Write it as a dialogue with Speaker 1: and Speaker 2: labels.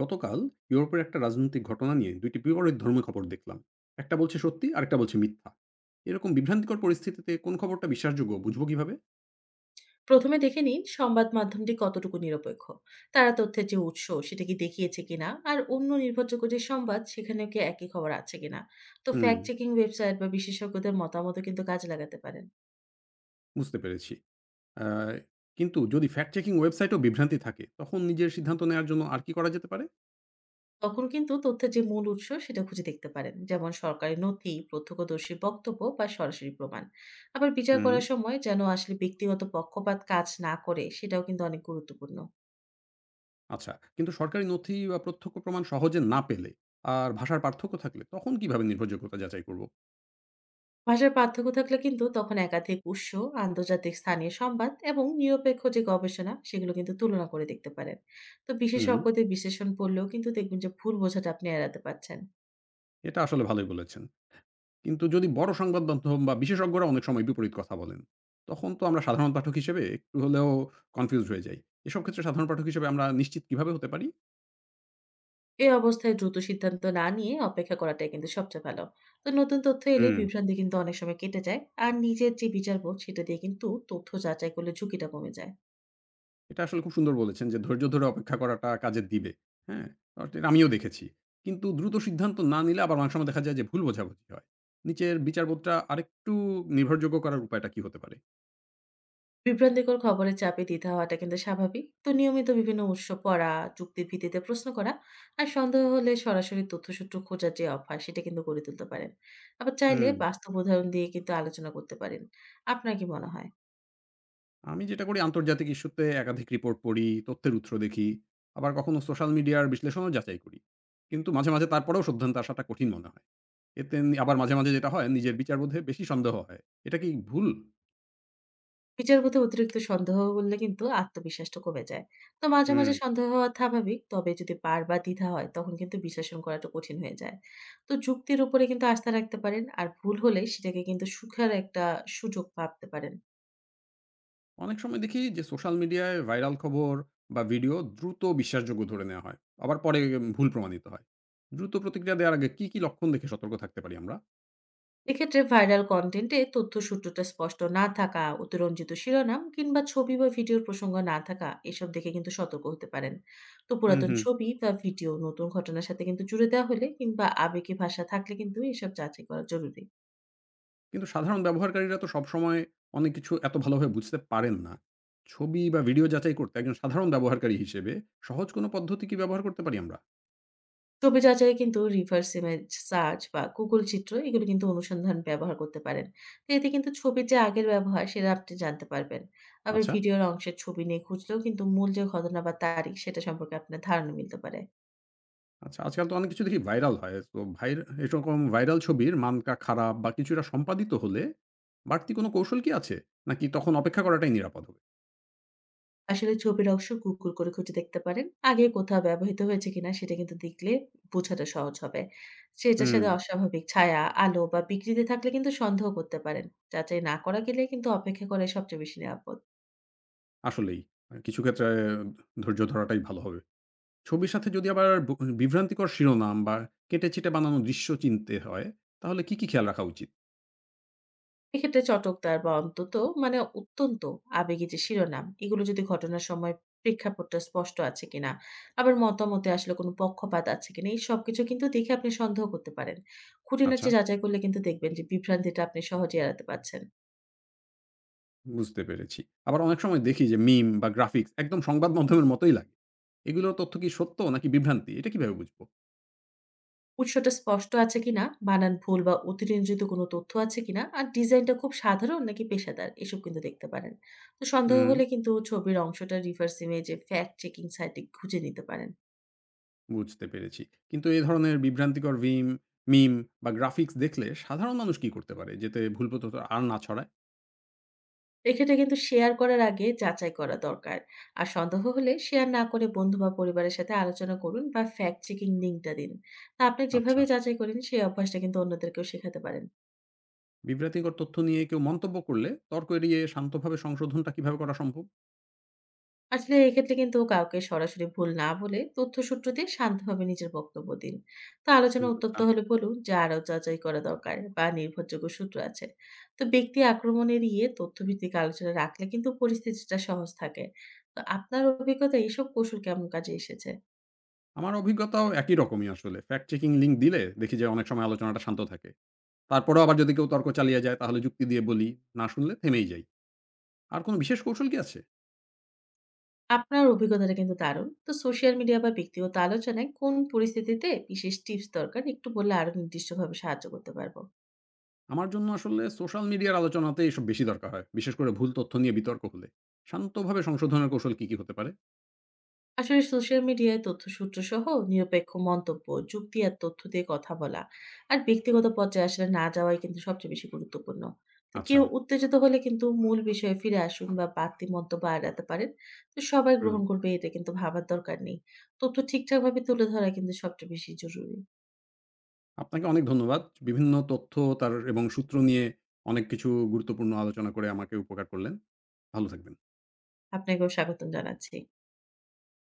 Speaker 1: গতকাল ইউরোপের একটা রাজনৈতিক ঘটনা নিয়ে দুইটি বিপরীত ধর্মের খবর দেখলাম। একটা বলছে সত্যি আর একটা বলছে মিথ্যা। এরকম বিভ্রান্তিকর পরিস্থিতিতে কোন খবরটা বিশ্বাসযোগ্য বুঝবো কিভাবে?
Speaker 2: প্রথমে দেখে নিন সংবাদ মাধ্যমটি কতটুকু নিরপেক্ষ। তারা তথ্যের যে উৎস সেটা কি দেখিয়েছে কিনা আর অন্য নির্ভরযোগ্য যে সংবাদ সেখানেও কি একই খবর আছে কিনা। তো
Speaker 1: হুম,
Speaker 2: ফ্যাক্ট চেকিং ওয়েবসাইট বা বিশেষজ্ঞদের মতামতও কিন্তু কাজে লাগাতে পারেন।
Speaker 1: বুঝতে পেরেছি। আহ, কিন্তু যদি ফ্যাক্ট চেকিং ওয়েবসাইটও বিভ্রান্তি থাকে তখন নিজের সিদ্ধান্ত নেওয়ার জন্য আর কি করা যেতে পারে?
Speaker 2: তখন কিন্তু তথ্যের যে মূল উৎস সেটা খুঁজে দেখতে পারেন, যেমন সরকারি নথি, প্রত্যক্ষদর্শী বক্তব্য বা সরাসরি প্রমাণ। আবার বিচার
Speaker 1: হুম।
Speaker 2: করার সময় যেন আসলে ব্যক্তিগত পক্ষপাত কাজ না করে সেটাও কিন্তু অনেক গুরুত্বপূর্ণ।
Speaker 1: আচ্ছা, কিন্তু সরকারি নথি বা প্রত্যক্ষ প্রমাণ সহজে না পেলে আর ভাষার পার্থক্য থাকলে তখন কিভাবে নির্ভরযোগ্যতা যাচাই করব?
Speaker 2: ভাষার পার্থক্য থাকলে কিন্তু তখন একাধিক উৎস, আন্তর্জাতিক স্থানীয় সংবাদ এবং নিরপেক্ষ যে গবেষণা সেগুলো কিন্তু তুলনা করে দেখতে পারেন। তো
Speaker 1: হুম,
Speaker 2: বিশেষজ্ঞদের বিশ্লেষণ পড়লেও কিন্তু দেখবেন যে ভুল বোঝাটা আপনি এড়াতে পারছেন।
Speaker 1: এটা আসলে ভালোই বলেছেন। কিন্তু যদি বড় সংবাদ মাধ্যম বা বিশেষজ্ঞরা অনেক সময় বিপরীত কথা বলেন, তখন তো আমরা সাধারণ পাঠক হিসেবে একটু হলেও কনফিউজড হয়ে যাই। এসব ক্ষেত্রে সাধারণ পাঠক হিসেবে আমরা নিশ্চিত কিভাবে হতে পারি?
Speaker 2: এই অবস্থায় দ্রুত সিদ্ধান্ত না নিয়ে অপেক্ষা করাটাই কিন্তু সবচেয়ে ভালো। তো নতুন তথ্য এলে
Speaker 1: হুম।
Speaker 2: বিভ্রান্তি কিন্তু অনেক সময় কেটে যায়। আর নিজের যে বিচারবোধ সেটা দিয়ে কিন্তু তথ্য যাচাই করলে ঝুঁকিটা কমে যায়।
Speaker 1: এটা আসলে খুব সুন্দর বলেছেন যে ধৈর্য ধরে অপেক্ষা করাটা কাজে দিবে। হ্যাঁ? আর এটা আমিও দেখেছি। কিন্তু দ্রুত সিদ্ধান্ত না নিলে আবার অনেক সময় দেখা যায় যে ভুল বোঝাবুঝি হয়। নিচের বিচারবোধটা আরেকটু নির্ভরযোগ্য করার উপায়টা কি হতে পারে?
Speaker 2: বিভ্রান্তিকর খবরের চাপে দ্বিধা হওয়াটা কিন্তু স্বাভাবিক। তো নিয়মিত বিভিন্ন উৎস পড়া, যুক্তির ভিত্তিতে প্রশ্ন করা আর সন্দেহ হলে সরাসরি তথ্যসূত্র খোঁজার যে অভ্যাস সেটা কিন্তু গড়ে তুলতে পারেন। আবার চাইলে
Speaker 1: হুম।
Speaker 2: বাস্তব উদাহরণ দিয়ে কিন্তু আলোচনা করতে পারেন। আপনার কি মনে হয়?
Speaker 1: আমি যেটা করি আন্তর্জাতিক ইস্যুতে একাধিক রিপোর্ট পড়ি, তথ্যের উৎস দেখি। আবার কখনো সোশ্যাল মিডিয়ার বিশ্লেষণও যাচাই করি। কিন্তু মাঝে মাঝে তারপরেও সিদ্ধান্তে আসাটা কঠিন মনে হয়। এতে আবার মাঝে মাঝে যেটা হয় নিজের বিচারবোধে বেশি সন্দেহ হয়। এটা কি ভুল?
Speaker 2: বিচারবোধে অতিরিক্ত সন্দেহ করলে কিন্তু আত্মবিশ্বাসটা কমে যায়। তো মাঝে,
Speaker 1: হুম।
Speaker 2: মাঝে সন্দেহ হওয়া স্বাভাবিক। তবে যদি বারবার দ্বিধা হয় তখন কিন্তু বিশ্লেষণ করাটা কঠিন হয়ে যায়। তো যুক্তির উপরে কিন্তু আস্থা রাখতে পারেন। আর ভুল হলে সেটাকে কিন্তু সুখের একটা সুযোগ ভাবতে পারেন।
Speaker 1: অনেক সময় দেখি যে সোশ্যাল মিডিয়ায় ভাইরাল খবর বা ভিডিও দ্রুত বিশ্বাসযোগ্য ধরে নেওয়া হয়। আবার পরে ভুল প্রমাণিত হয়। দ্রুত প্রতিক্রিয়া দেওয়ার আগে কি কি লক্ষণ দেখে সতর্ক থাকতে পারি আমরা?
Speaker 2: এক্ষেত্রে ভাইরাল কন্টেন্টে তথ্য সূত্রটা স্পষ্ট না থাকা, অতিরঞ্জিত শিরোনাম কিংবা ছবি বা ভিডিওর প্রসঙ্গ না থাকা, এসব দেখে কিন্তু সতর্ক হতে পারেন। তো
Speaker 1: হুম,
Speaker 2: পুরাতন
Speaker 1: হুম।
Speaker 2: ছবি বা ভিডিও নতুন ঘটনার সাথে কিন্তু জুড়ে দেওয়া হলে কিংবা আবেগী ভাষা থাকলে কিন্তু এসব যাচাই করা জরুরি।
Speaker 1: কিন্তু সাধারণ ব্যবহারকারীরা তো সবসময় অনেক কিছু এত ভালোভাবে বুঝতে পারেন না। ছবি বা ভিডিও যাচাই করতে একজন সাধারণ ব্যবহারকারী হিসেবে সহজ কোনো পদ্ধতি কি ব্যবহার করতে পারি আমরা?
Speaker 2: ছবি যাচাই কিন্তু রিভার্স ইমেজ সার্চ বা গুগল চিত্র, এগুলো কিন্তু অনুসন্ধান ব্যবহার করতে পারেন। তো এতে কিন্তু ছবির যে আগের ব্যবহার সেটা আপনি জানতে পারবেন। আবার
Speaker 1: আচ্ছা,
Speaker 2: ভিডিওর অংশের ছবি নিয়ে খুঁজলেও কিন্তু মূল যে ঘটনা বা তারিখ সেটা সম্পর্কে আপনার ধারণা মিলতে পারে।
Speaker 1: আচ্ছা আজকাল তো অনেক কিছু দেখি ভাইরাল হয়। তো ভাইর এরকম ভাইরাল ছবির মানটা খারাপ বা কিছুটা সম্পাদিত হলে বাড়তি কোনো কৌশল কি আছে? নাকি তখন অপেক্ষা করাটাই নিরাপদ হবে?
Speaker 2: আসলে ছবির অংশ Google করে খুঁজে দেখতে পারেন। আগে কোথাও ব্যবহৃত হয়েছে কিনা সেটা কিন্তু দেখলে বোঝাটা সহজ হবে। সেটার
Speaker 1: হুম।
Speaker 2: সাথে অস্বাভাবিক ছায়া, আলো বা বিকৃতি থাকলে কিন্তু সন্দেহ করতে পারেন। যাচাই না করা গেলে কিন্তু অপেক্ষা করাই সবচেয়ে বেশি নিরাপদ।
Speaker 1: আসলেই। কিছু ক্ষেত্রে ধৈর্য ধরাটাই ভালো হবে। ছবির সাথে যদি আবার বিভ্রান্তিকর শিরোনাম বা কেটে-ছেঁটে বানানো দৃশ্য চিনতে হয়, তাহলে কি কি খেয়াল রাখা উচিত?
Speaker 2: এক্ষেত্রে চটকদার বা অন্তত অত্যন্ত আবেগী যে শিরোনাম, এগুলো যদি ঘটনার সময় প্রেক্ষাপটটা স্পষ্ট আছে কিনা, আবার মতামতে আসলে কোনো পক্ষপাত আছে কিনা, এই সবকিছু কিন্তু দেখে আপনি সন্দেহ করতে পারেন।
Speaker 1: আচ্ছা,
Speaker 2: খুঁটিনাটি যাচাই করলে কিন্তু দেখবেন যে বিভ্রান্তিটা আপনি সহজেই এড়াতে পারছেন।
Speaker 1: বুঝতে পেরেছি। আবার অনেক সময় দেখি যে মিম বা গ্রাফিক্স একদম সংবাদ মাধ্যমের মতোই লাগে। এগুলোর তথ্য কি সত্য নাকি বিভ্রান্তি? এটা কিভাবে বুঝবো?
Speaker 2: উৎসটা স্পষ্ট আছে কিনা, বানান ভুল বা অতিরঞ্জিত কোনো তথ্য আছে কিনা, আর ডিজাইনটা খুব সাধারণ নাকি পেশাদার, এসব কিন্তু দেখতে পারেন। তো সন্দেহ
Speaker 1: হুম,
Speaker 2: হলে কিন্তু ছবির অংশটা রিভার্স ইমেজে ফ্যাক্ট চেকিং সাইটে খুঁজে নিতে পারেন।
Speaker 1: বুঝতে পেরেছি। কিন্তু এ ধরনের মিম বা গ্রাফিক্স দেখলে সাধারণ মানুষ কি করতে পারে যাতে ভুল তথ্য আর না ছড়ায়?
Speaker 2: এক্ষেত্রে কিন্তু শেয়ার করার আগে যাচাই করা দরকার। আর সন্দেহ হলে শেয়ার না করে বন্ধু বা পরিবারের সাথে আলোচনা করুন বা ফ্যাক্ট চেকিং লিঙ্কটা দিন। তা আপনি
Speaker 1: আচ্ছা।
Speaker 2: যেভাবে যাচাই করেন সেই অভ্যাসটা কিন্তু অন্যদেরকেও শেখাতে পারেন।
Speaker 1: বিভ্রান্তিকর তথ্য নিয়ে কেউ মন্তব্য করলে তর্ক এড়িয়ে শান্তভাবে সংশোধনটা কিভাবে করা সম্ভব?
Speaker 2: আসলে এক্ষেত্রে কিন্তু কাউকে সরাসরি ভুল না বলে তথ্যসূত্র দিয়ে শান্তভাবে নিজের বক্তব্য দিন। তো আলোচনা
Speaker 1: হুম,
Speaker 2: উত্তপ্ত
Speaker 1: আচ্ছা।
Speaker 2: হলে বলুন যে আরো যাচাই করা দরকার বা নির্ভরযোগ্য সূত্র আছে। তো ব্যক্তি আক্রমণ এড়িয়ে তথ্যভিত্তিক আলোচনা রাখলে কিন্তু পরিস্থিতিটা সহজ থাকে। তো আপনার অভিজ্ঞতা এইসব কৌশল কেমন কাজে এসেছে?
Speaker 1: আমার অভিজ্ঞতাও একই রকমই আসলে। ফ্যাক্ট চেকিং লিঙ্ক দিলে দেখি যে অনেক সময় আলোচনাটা শান্ত থাকে। তারপরেও আবার যদি কেউ তর্ক চালিয়ে যায় তাহলে যুক্তি দিয়ে বলি, না শুনলে থেমেই যাই। আর কোনো বিশেষ কৌশল কি আছে?
Speaker 2: আপনার অভিজ্ঞতাটা কিন্তু দারুণ। তো সোশ্যাল মিডিয়া বা ব্যক্তিগত আলোচনায় কোন পরিস্থিতিতে বিশেষ টিপস দরকার একটু বললে আরো নির্দিষ্টভাবে সাহায্য করতে পারবো।
Speaker 1: আমার জন্য আসলে সোশ্যাল মিডিয়ার আলোচনাতে এসব বেশি দরকার হয়। বিশেষ করে ভুল তথ্য নিয়ে বিতর্ক হলে শান্তভাবে সংশোধনের কৌশল কি কি হতে পারে?
Speaker 2: আসলে সোশ্যাল মিডিয়ায় তথ্যসূত্র সহ নিরপেক্ষ মন্তব্য, যুক্তি আর তথ্য দিয়ে কথা বলা আর ব্যক্তিগত পর্যায়ে আসলে না যাওয়াই কিন্তু সবচেয়ে বেশি গুরুত্বপূর্ণ। তো
Speaker 1: আচ্ছা,
Speaker 2: কেউ উত্তেজিত হলে কিন্তু মূল বিষয়ে ফিরে আসুন বা বাড়তি মন্তব্য এড়াতে পারেন। তো সবাই
Speaker 1: হুম।
Speaker 2: গ্রহণ করবে এটা কিন্তু ভাবার দরকার নেই। তথ্য ঠিকঠাকভাবে তুলে ধরা কিন্তু সবচেয়ে বেশি জরুরি।
Speaker 1: আপনাকে অনেক ধন্যবাদ। বিভিন্ন তথ্য তার এবং সূত্র নিয়ে অনেক কিছু গুরুত্বপূর্ণ আলোচনা করে আমাকে উপকার করলেন। ভালো থাকবেন।
Speaker 2: আপনাকেও স্বাগতম জানাচ্ছি।